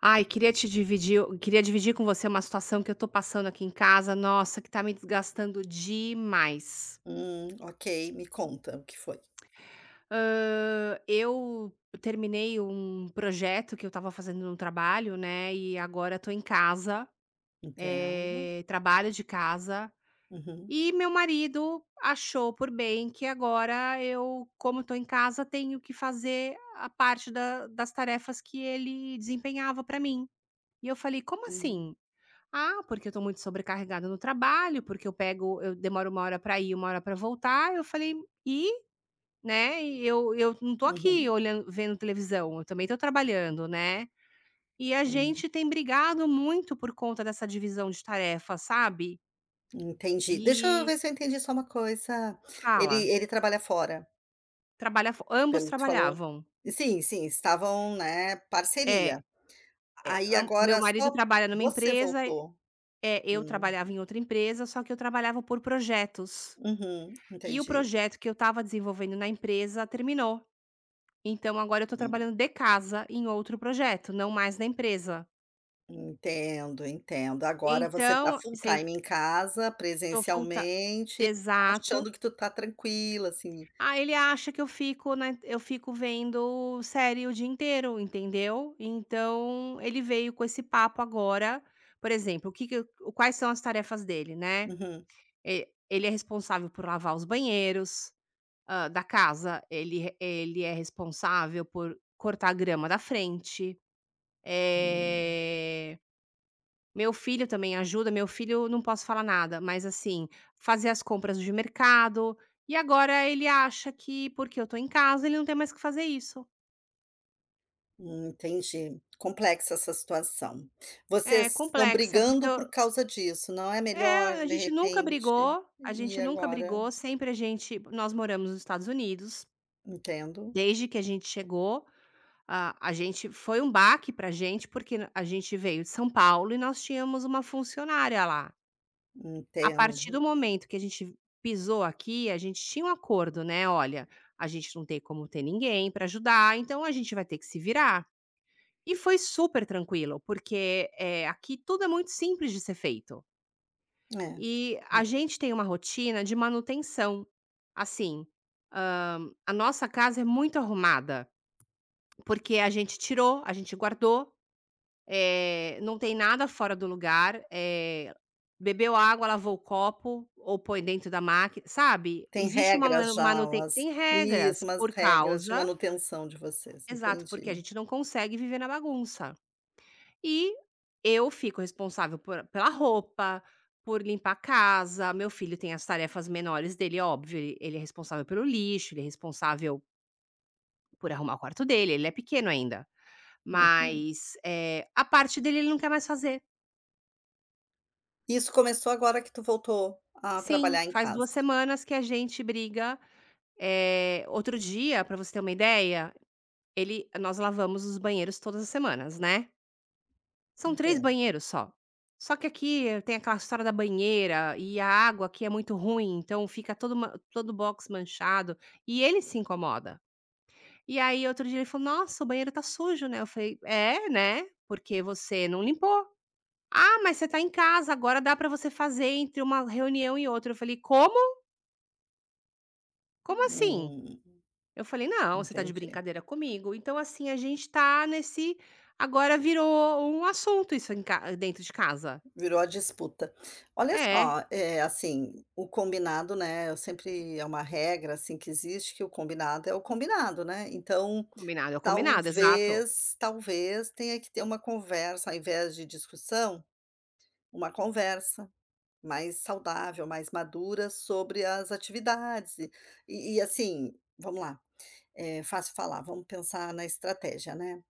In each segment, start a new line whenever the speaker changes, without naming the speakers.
Ai, queria dividir com você uma situação que eu tô passando aqui em casa, nossa, que tá me desgastando demais.
Ok, me conta o que foi.
Eu terminei um projeto que eu estava fazendo no trabalho, né, e agora tô em casa,
Entendo.
trabalho de casa.
Uhum,
E meu marido achou por bem que agora eu, como tô em casa, tenho que fazer a parte da das tarefas que ele desempenhava pra mim. E eu falei: "Como
uhum,
assim? Ah, porque eu tô muito sobrecarregada no trabalho, porque eu demoro 1 hora pra ir, 1 hora pra voltar." Eu falei: "E, né, e eu não tô aqui
uhum,
olhando, vendo televisão, eu também tô trabalhando, né." E a
uhum.
gente tem brigado muito por conta dessa divisão de tarefas, sabe.
Entendi. Deixa eu
E
ver se eu entendi só uma coisa. Ele
fala.
ele trabalha fora,
Trabalha fo Ambos
pelo que tu falou?
trabalhavam.
Sim, sim, estavam, né, parceria.
É, é,
Aí
am meu
agora
marido
só
trabalha numa
você
empresa.
voltou.
É, eu
Hum,
trabalhava em outra empresa, só que eu trabalhava por projetos.
uhum,
E o
entendi.
projeto que eu estava desenvolvendo na empresa terminou. Então agora eu tô
Hum,
trabalhando de casa em outro projeto, não mais na empresa.
entendo, entendo. Agora você tá
Então,
full
sem
time em casa,
tô full ti
presencialmente,
exato.
achando que tu tá tranquila, assim.
Ah, ele acha que eu fico na eu fico vendo série o dia inteiro, entendeu. Então ele veio com esse papo agora. Por exemplo, o que que eu quais são as tarefas dele, né.
Uhum.
E ele é responsável por lavar os banheiros, da casa, ele é responsável por cortar a grama da frente.
Hum.
eh Meu filho também ajuda, meu filho não posso falar nada, mas assim, fazer as compras de mercado. E agora ele acha que porque eu tô em casa, ele não tem mais que fazer isso.
Entendi. Complexa essa situação.
É
Vocês estão
complexa, porque
brigando por causa disso, não é melhor,
a
de
gente nunca
repente
brigou, a
e
gente nunca
agora?
brigou. Sempre a gente Nós moramos nos Estados Unidos,
Entendo,
desde que a gente chegou. A gente foi um baque pra gente, porque a gente veio de São Paulo e nós tínhamos uma funcionária lá. A partir
entendo.
do momento que a gente pisou aqui, a gente tinha um acordo, né: "Olha, a gente não tem como ter ninguém para ajudar, então a gente vai ter que se virar". E foi super tranquilo, porque, aqui tudo é muito simples de ser feito.
É,
E a gente tem uma rotina de manutenção. Assim, a nossa casa é muito arrumada, porque a gente tirou, a gente guardou, não tem nada fora do lugar, bebeu água, lavou o copo ou põe dentro da máquina, sabe?
tem
Existe uma
regras
ma
já,
manuten
umas
tem
isso,
regras
umas
por
regras de
causa.
manutenção de vocês,
Exato, porque a
entendi,
gente não consegue viver na bagunça. E eu fico responsável por pela roupa, por limpar a casa. Meu filho tem as tarefas menores dele, óbvio. Ele é responsável pelo lixo, ele é responsável por arrumar o quarto dele. Ele é pequeno ainda.
entendo.
Mas, a parte dele ele não quer mais fazer.
Isso começou agora que tu voltou a
Sim,
trabalhar em
faz
casa?
2 semanas que a gente briga. Outro dia, pra você ter uma ideia, ele nós lavamos os banheiros todas as semanas, né. São 3
Entendo.
banheiros só. Só que aqui, tem aquela história da banheira. E a água aqui é muito ruim, então fica todo box manchado, e ele se incomoda. E aí outro dia ele falou: "Nossa, o banheiro tá sujo, né". Eu falei: "É, né, porque você não limpou". "Ah, mas você tá em casa, agora dá pra você fazer entre uma reunião e outra". Eu falei: "Como? Como assim?"
Hum,
Eu falei: "Não, você tá de
entendi.
brincadeira comigo". Então, assim, a gente tá nesse agora virou um assunto isso em ca dentro de casa.
Virou a disputa. Olha
É,
só, assim, o combinado, né, eu sempre é uma regra, assim, que existe, que o combinado é o combinado, né, então
é combinado, exato.
talvez tenha que ter uma conversa, ao invés de discussão, uma conversa mais saudável, mais madura sobre as atividades e assim, vamos lá, é fácil falar, vamos pensar na estratégia, né.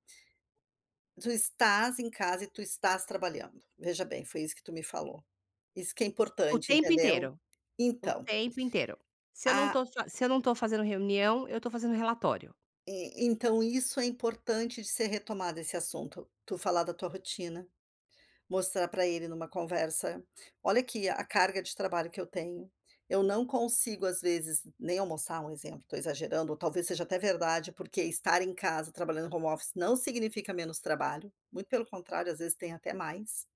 Tu estás em casa e tu estás trabalhando. Veja bem, foi isso que tu me falou. Isso que é
O
importante,
tempo inteiro,
entendeu?
o
Então,
tempo inteiro.
a
Se eu não tô fazendo reunião, eu tô fazendo relatório.
então isso é importante de ser retomado esse assunto. Tu falar da tua rotina, mostrar para ele numa conversa: "Olha aqui a carga de trabalho que eu tenho, eu não consigo às vezes nem almoçar", um exemplo, estou exagerando, ou talvez seja até verdade, porque estar em casa trabalhando home office não significa menos trabalho, muito pelo contrário, às vezes tem até mais.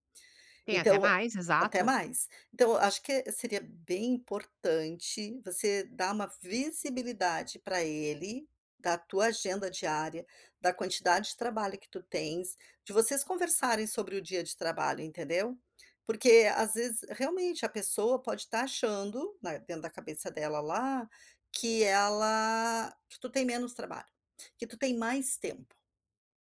Tem até
Então
mais,
até
exato.
mais. Então eu acho que seria bem importante você dar uma visibilidade para ele, da tua agenda diária, da quantidade de trabalho que tu tens, de vocês conversarem sobre o dia de trabalho, entendeu. Porque às vezes realmente a pessoa pode estar achando, na dentro da cabeça dela lá, que ela que tu tem menos trabalho, que tu tem mais tempo,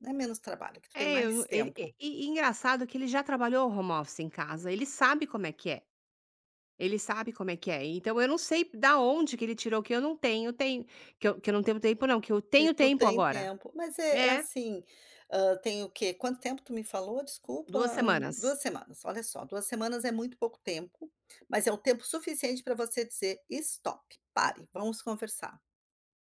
não é menos trabalho, que tu tem
É, eu não-
mais
ele e
tempo.
e e engraçado que ele já trabalhou home office em casa, ele sabe como é que é, ele sabe como é que é. Então eu não sei da onde que ele tirou que eu não tenho Tenho que eu não tenho tempo não, que eu
Que
tenho
tu
tempo
tem
agora.
tempo. Mas é
É,
assim, tem o quê? Quanto tempo tu me falou? Desculpa.
2 semanas.
2 semanas. Olha só, 2 semanas é muito pouco tempo, mas é o tempo suficiente para você dizer: "Stop, pare, vamos conversar".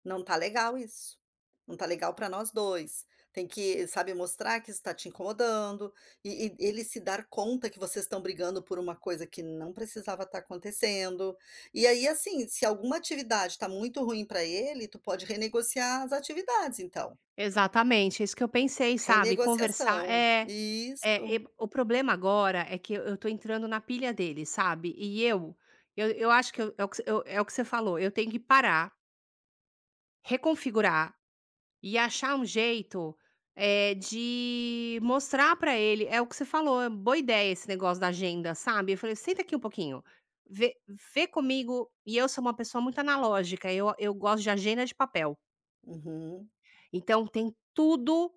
Não tá legal isso. Não tá legal para nós dois. Tem que, sabe, mostrar que isso tá te incomodando e ele se dar conta que vocês estão brigando por uma coisa que não precisava estar acontecendo. E aí, assim, se alguma atividade tá muito ruim para ele, tu pode renegociar as atividades, então.
Exatamente, é isso que eu pensei, sabe, conversar.
Renegociação. Isso.
E o problema agora é que eu tô entrando na pilha dele, sabe. E eu acho que eu é o que eu é o que você falou. Eu tenho que parar, reconfigurar e achar um jeito, é de mostrar pra ele, é o que você falou. É boa ideia esse negócio da agenda, sabe. Eu falei: "Senta aqui um pouquinho, vê vê comigo", e eu sou uma pessoa muito analógica, eu gosto de agenda de papel.
Uhum.
Então tem tudo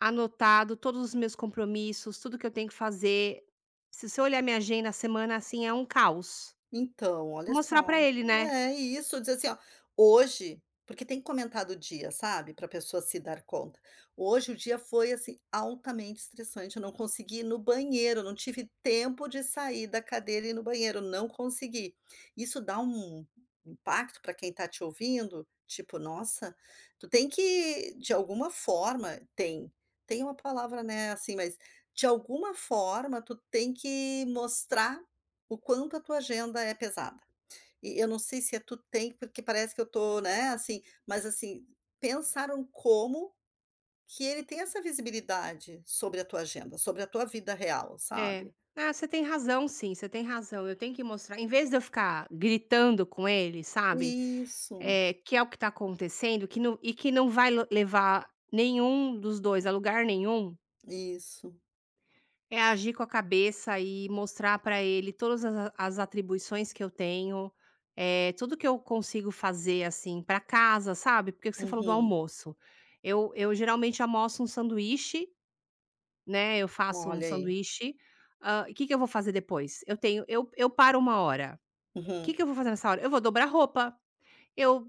anotado todos os meus compromissos, tudo que eu tenho que fazer. Se você olhar minha agenda, a semana, assim, é um caos.
Então, olha
Mostrar pra
só.
ele, né.
É isso, dizer assim, ó, hoje porque tem que comentar do dia, sabe, pra pessoa se dar conta. Hoje o dia foi, assim, altamente estressante, eu não consegui ir no banheiro, não tive tempo de sair da cadeira e ir no banheiro, não consegui. Isso dá um impacto para quem está te ouvindo, tipo: "Nossa, tu tem que de alguma forma" tem, tem uma palavra, né, assim, mas de alguma forma tu tem que mostrar o quanto a tua agenda é pesada. E eu não sei se é tu tem, porque parece que eu tô, né, assim, mas assim, pensaram como que ele tem essa visibilidade sobre a tua agenda, sobre a tua vida real,
É.
sabe.
Ah, você tem razão sim, você tem razão, eu tenho que mostrar em vez de eu ficar gritando com ele, sabe,
Isso,
que é o que tá acontecendo, que não vai lo levar nenhum dos 2 a lugar nenhum.
isso.
É agir com a cabeça e mostrar para ele todas as atribuições que eu tenho, é tudo que eu consigo fazer, assim, para casa, sabe, porque você falou do
Uhum.
almoço. Eu geralmente almoço um sanduíche, né, eu faço um
Olha aí.
sanduíche. Ah, o que que eu vou fazer depois? Eu paro 1 hora. O que
Uhum.
que eu vou fazer nessa hora? Eu vou dobrar roupa, eu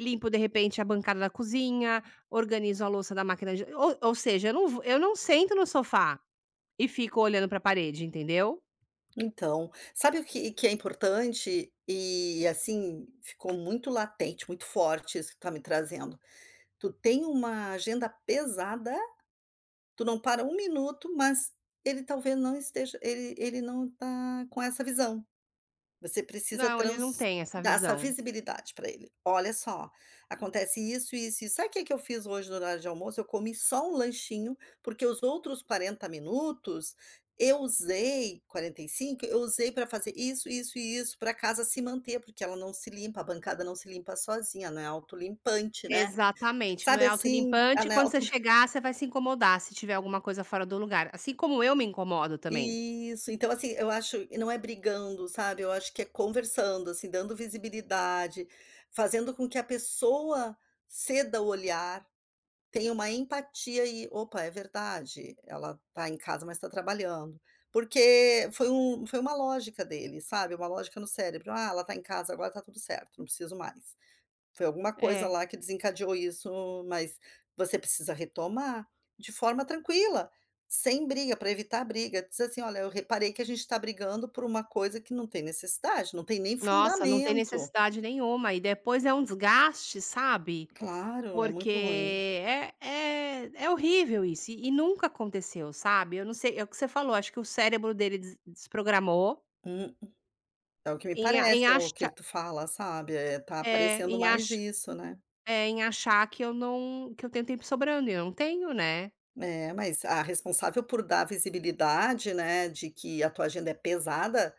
limpo, de repente, a bancada da cozinha, organizo a louça da máquina de, ou seja, eu não sento no sofá e fico olhando para a parede, entendeu?
Então, sabe o que que é importante e, assim, ficou muito latente, muito forte isso que tu tá me trazendo. Tu tem uma agenda pesada. Tu não para um minuto, mas ele talvez não esteja ele não está com essa visão. Você precisa
Não, ele não
trans
tem essa
dar essa
visão.
visibilidade para ele. "Olha só, acontece isso, isso, isso. Sabe o que que eu fiz hoje no horário de almoço? Eu comi só um lanchinho, porque os outros 40 minutos eu usei 45, eu usei para fazer isso, isso e isso, pra casa se manter, porque ela não se limpa, a bancada não se limpa sozinha, não é autolimpante, né".
Exatamente, não
Sabe
é
assim, a
autolimpante.
não é
Quando você
auto.
chegar, você vai se incomodar se tiver alguma coisa fora do lugar, assim como eu me incomodo também.
Isso, então assim, eu acho e não é brigando, sabe, eu acho que é conversando, assim, dando visibilidade, fazendo com que a pessoa ceda o olhar, tenha uma empatia e: "Opa, é verdade, ela tá em casa, mas tá trabalhando". Porque foi uma lógica dele, sabe, uma lógica no cérebro: "Ah, ela tá em casa agora, tá tudo certo, não preciso mais". Foi alguma coisa
É.
lá que desencadeou isso, mas você precisa retomar de forma tranquila, sem briga, para evitar briga. Diz assim: "Olha, eu reparei que a gente está brigando por uma coisa que não tem necessidade, não tem nem
Nossa, não tem
fundamento".
necessidade nenhuma e depois é um desgaste, sabe,
Claro, é muito ruim.
porque é horrível isso e nunca aconteceu, sabe. Eu não sei, é o que você falou, acho que o cérebro dele desprogramou
Hum, é o que me
em a em
parece, é o que
acha
tu fala, sabe, tá
é,
aparecendo
em
mais
ach
isso, né.
é, em achar que eu não que eu tenho tempo sobrando e eu não tenho, né.
É, mas a responsável por dar visibilidade, né, de que a tua agenda é pesada.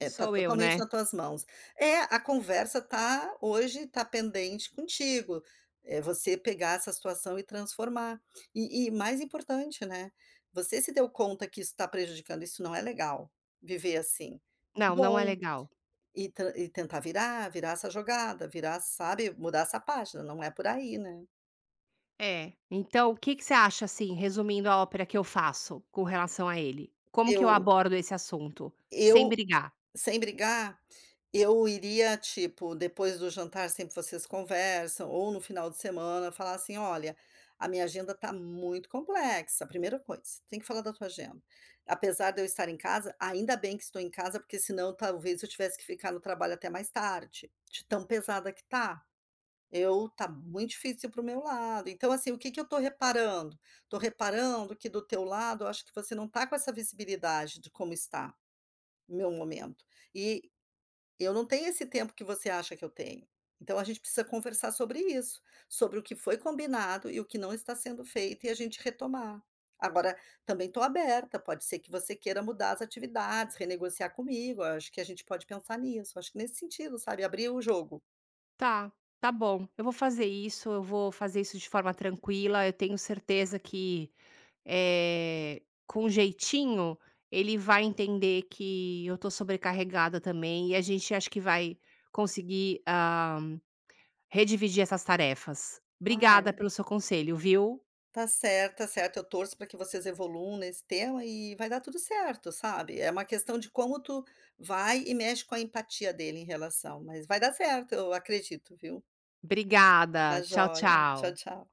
É, tá
Sou eu,
totalmente
né.
nas tuas mãos. É, a conversa tá hoje tá pendente contigo, é você pegar essa situação e transformar. E mais importante, né, você se deu conta que isso está prejudicando, isso não é legal, viver assim. Que
Não, não é
bom,
legal.
e tran e tentar virar, virar essa jogada, virar, sabe, mudar essa página, não é por aí, né.
É. Então, o que que você acha, assim, resumindo a ópera, que eu faço com relação a ele? Como que eu
Eu
abordo esse assunto? Sem
eu
brigar.
sem brigar, eu iria, tipo, depois do jantar sempre vocês conversam, ou no final de semana, falar assim: "Olha, a minha agenda tá muito complexa", primeira coisa, tem que falar da tua agenda. Apesar de eu estar em casa, ainda bem que estou em casa, porque senão talvez eu tivesse que ficar no trabalho até mais tarde, de tão pesada que tá. Eu tá muito difícil pro meu lado. Então, assim, o que que eu tô reparando? Tô reparando que do teu lado, eu acho que você não tá com essa visibilidade de como está o meu momento. E eu não tenho esse tempo que você acha que eu tenho. Então a gente precisa conversar sobre isso, sobre o que foi combinado e o que não está sendo feito e a gente retomar. Agora, também estou aberta, pode ser que você queira mudar as atividades, renegociar comigo, eu acho que a gente pode pensar nisso, acho que nesse sentido, sabe, abrir o jogo.
Tá, tá bom. Eu vou fazer isso, eu vou fazer isso de forma tranquila. Eu tenho certeza que, com jeitinho, ele vai entender que eu tô sobrecarregada também, e a gente acho que vai conseguir, redividir essas tarefas. Obrigada
Ai,
pelo seu conselho, viu?
tá certo, eu torço para que vocês evoluam nesse tema e vai dar tudo certo, sabe. É uma questão de como tu vai e mexe com a empatia dele em relação, mas vai dar certo, eu acredito, viu. Tá
Obrigada. Tchau,
joia. Tchau,
tchau.
tchau.